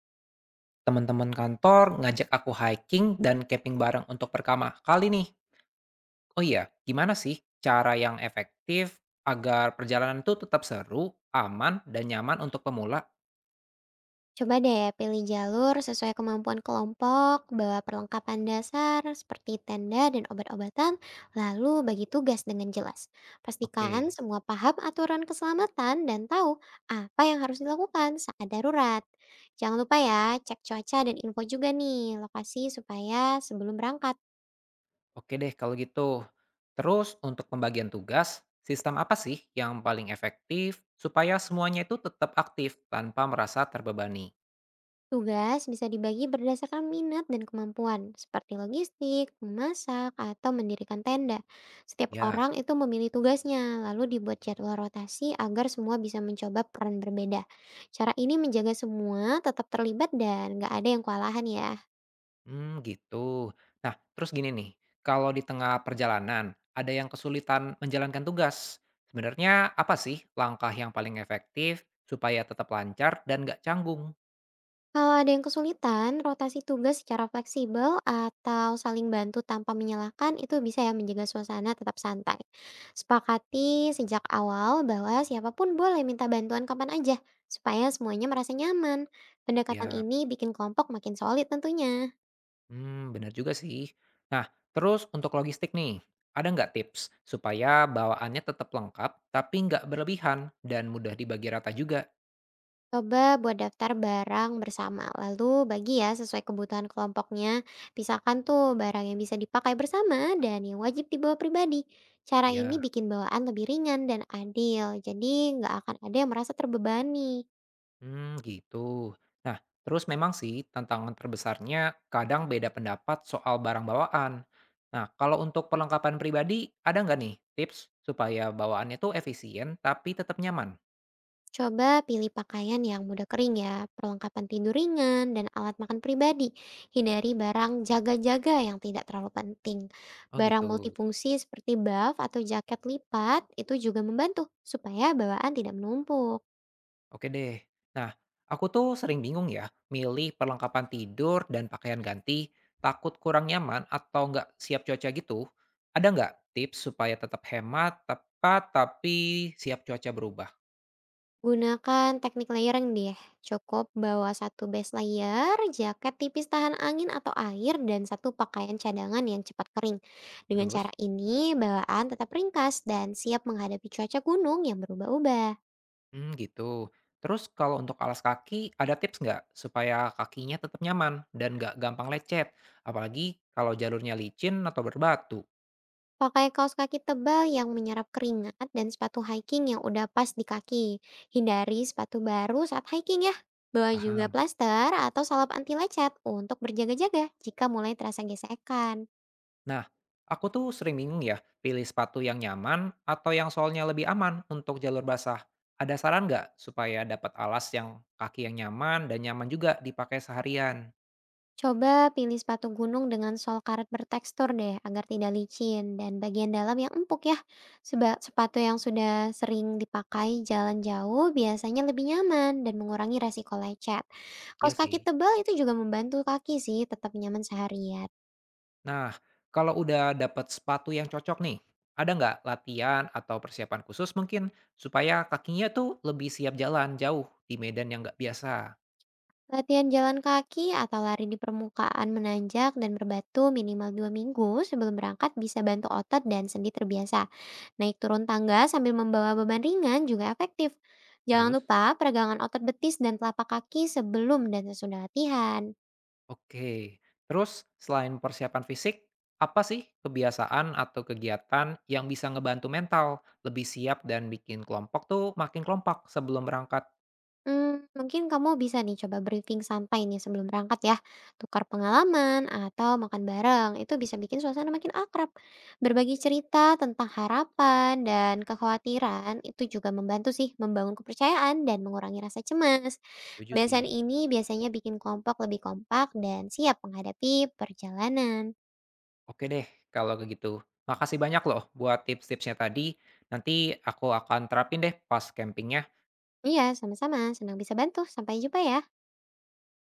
Teman-teman kantor ngajak aku hiking dan camping bareng untuk pertama kali nih. Oh iya, gimana sih cara yang efektif agar perjalanan itu tetap seru, aman, dan nyaman untuk pemula? Coba deh pilih jalur sesuai kemampuan kelompok, bawa perlengkapan dasar seperti tenda dan obat-obatan, lalu bagi tugas dengan jelas. Pastikan Oke, semua paham aturan keselamatan dan tahu apa yang harus dilakukan saat darurat. Jangan lupa ya, cek cuaca dan info juga nih lokasi supaya sebelum berangkat. oke deh kalau gitu. Terus untuk pembagian tugas, sistem apa sih yang paling efektif supaya semuanya itu tetap aktif tanpa merasa terbebani? Tugas bisa dibagi berdasarkan minat dan kemampuan, seperti logistik, memasak, atau mendirikan tenda. Setiap Ya. orang itu memilih tugasnya, lalu dibuat jadwal rotasi agar semua bisa mencoba peran berbeda. Cara ini menjaga semua tetap terlibat dan nggak ada yang kewalahan ya. Hmm, gitu. Nah, terus gini nih, kalau di tengah perjalanan ada yang kesulitan menjalankan tugas, sebenarnya apa sih langkah yang paling efektif supaya tetap lancar dan nggak canggung? Kalau ada yang kesulitan, rotasi tugas secara fleksibel atau saling bantu tanpa menyalahkan itu bisa ya menjaga suasana tetap santai. Sepakati sejak awal bahwa siapapun boleh minta bantuan kapan aja, supaya semuanya merasa nyaman. Pendekatan Siap. ini bikin kelompok makin solid tentunya. Hmm, benar juga sih. Nah, terus untuk logistik nih, ada nggak tips supaya bawaannya tetap lengkap tapi nggak berlebihan dan mudah dibagi rata juga? Coba buat daftar barang bersama, lalu bagi ya sesuai kebutuhan kelompoknya. Pisahkan tuh barang yang bisa dipakai bersama dan yang wajib dibawa pribadi. Cara ini Ya. bikin bawaan lebih ringan dan adil, jadi nggak akan ada yang merasa terbebani. Hmm, gitu. Nah, terus memang sih tantangan terbesarnya kadang beda pendapat soal barang bawaan. Nah, kalau untuk perlengkapan pribadi, ada nggak nih tips supaya bawaannya tuh efisien tapi tetap nyaman? Coba pilih pakaian yang mudah kering ya, perlengkapan tidur ringan, dan alat makan pribadi. Hindari barang jaga-jaga yang tidak terlalu penting. Oh Barang gitu. multifungsi seperti buff atau jaket lipat itu juga membantu supaya bawaan tidak menumpuk. Oke deh. Nah, aku tuh sering bingung ya milih perlengkapan tidur dan pakaian ganti, takut kurang nyaman atau nggak siap cuaca gitu. Ada nggak tips supaya tetap hemat, tepat, tapi siap cuaca berubah? Gunakan teknik layering deh. Cukup bawa satu base layer, jaket tipis tahan angin atau air, dan satu pakaian cadangan yang cepat kering. Dengan cara Terus? ini, bawaan tetap ringkas dan siap menghadapi cuaca gunung yang berubah-ubah. Hmm, gitu. Terus kalau untuk alas kaki, ada tips nggak supaya kakinya tetap nyaman dan nggak gampang lecet, apalagi kalau jalurnya licin atau berbatu? Pakai kaos kaki tebal yang menyerap keringat dan sepatu hiking yang udah pas di kaki. Hindari sepatu baru saat hiking ya. Bawa juga Paham. plaster atau salep anti lecet untuk berjaga-jaga jika mulai terasa gesekan. Nah, aku tuh sering bingung ya, pilih sepatu yang nyaman atau yang soalnya lebih aman untuk jalur basah. Ada saran nggak supaya dapat alas yang kaki yang nyaman dan nyaman juga dipakai seharian? Coba pilih sepatu gunung dengan sol karet bertekstur deh agar tidak licin dan bagian dalam yang empuk ya. Sepatu yang sudah sering dipakai jalan jauh biasanya lebih nyaman dan mengurangi resiko lecet. Kaos Iya kaki sih. tebal itu juga membantu kaki sih tetap nyaman seharian. Nah, kalau udah dapat sepatu yang cocok nih, ada nggak latihan atau persiapan khusus mungkin supaya kakinya tuh lebih siap jalan jauh di medan yang nggak biasa? Latihan jalan kaki atau lari di permukaan menanjak dan berbatu minimal 2 minggu sebelum berangkat bisa bantu otot dan sendi terbiasa. Naik turun tangga sambil membawa beban ringan juga efektif. Jangan Terus, lupa peregangan otot betis dan telapak kaki sebelum dan sesudah latihan. oke, terus selain persiapan fisik, apa sih kebiasaan atau kegiatan yang bisa ngebantu mental lebih siap dan bikin kelompok tuh makin kompak sebelum berangkat? Mungkin kamu bisa nih coba briefing santai nih sebelum berangkat ya. Tukar pengalaman atau makan bareng, itu bisa bikin suasana makin akrab. Berbagi cerita tentang harapan dan kekhawatiran itu juga membantu sih membangun kepercayaan dan mengurangi rasa cemas. Setuju sih. Kebiasaan ini biasanya bikin kelompok lebih kompak dan siap menghadapi perjalanan. Oke deh, kalau begitu. Makasih banyak loh buat tips-tipsnya tadi. Nanti aku akan terapin deh pas campingnya. Iya, sama-sama. Senang bisa bantu. Sampai jumpa ya.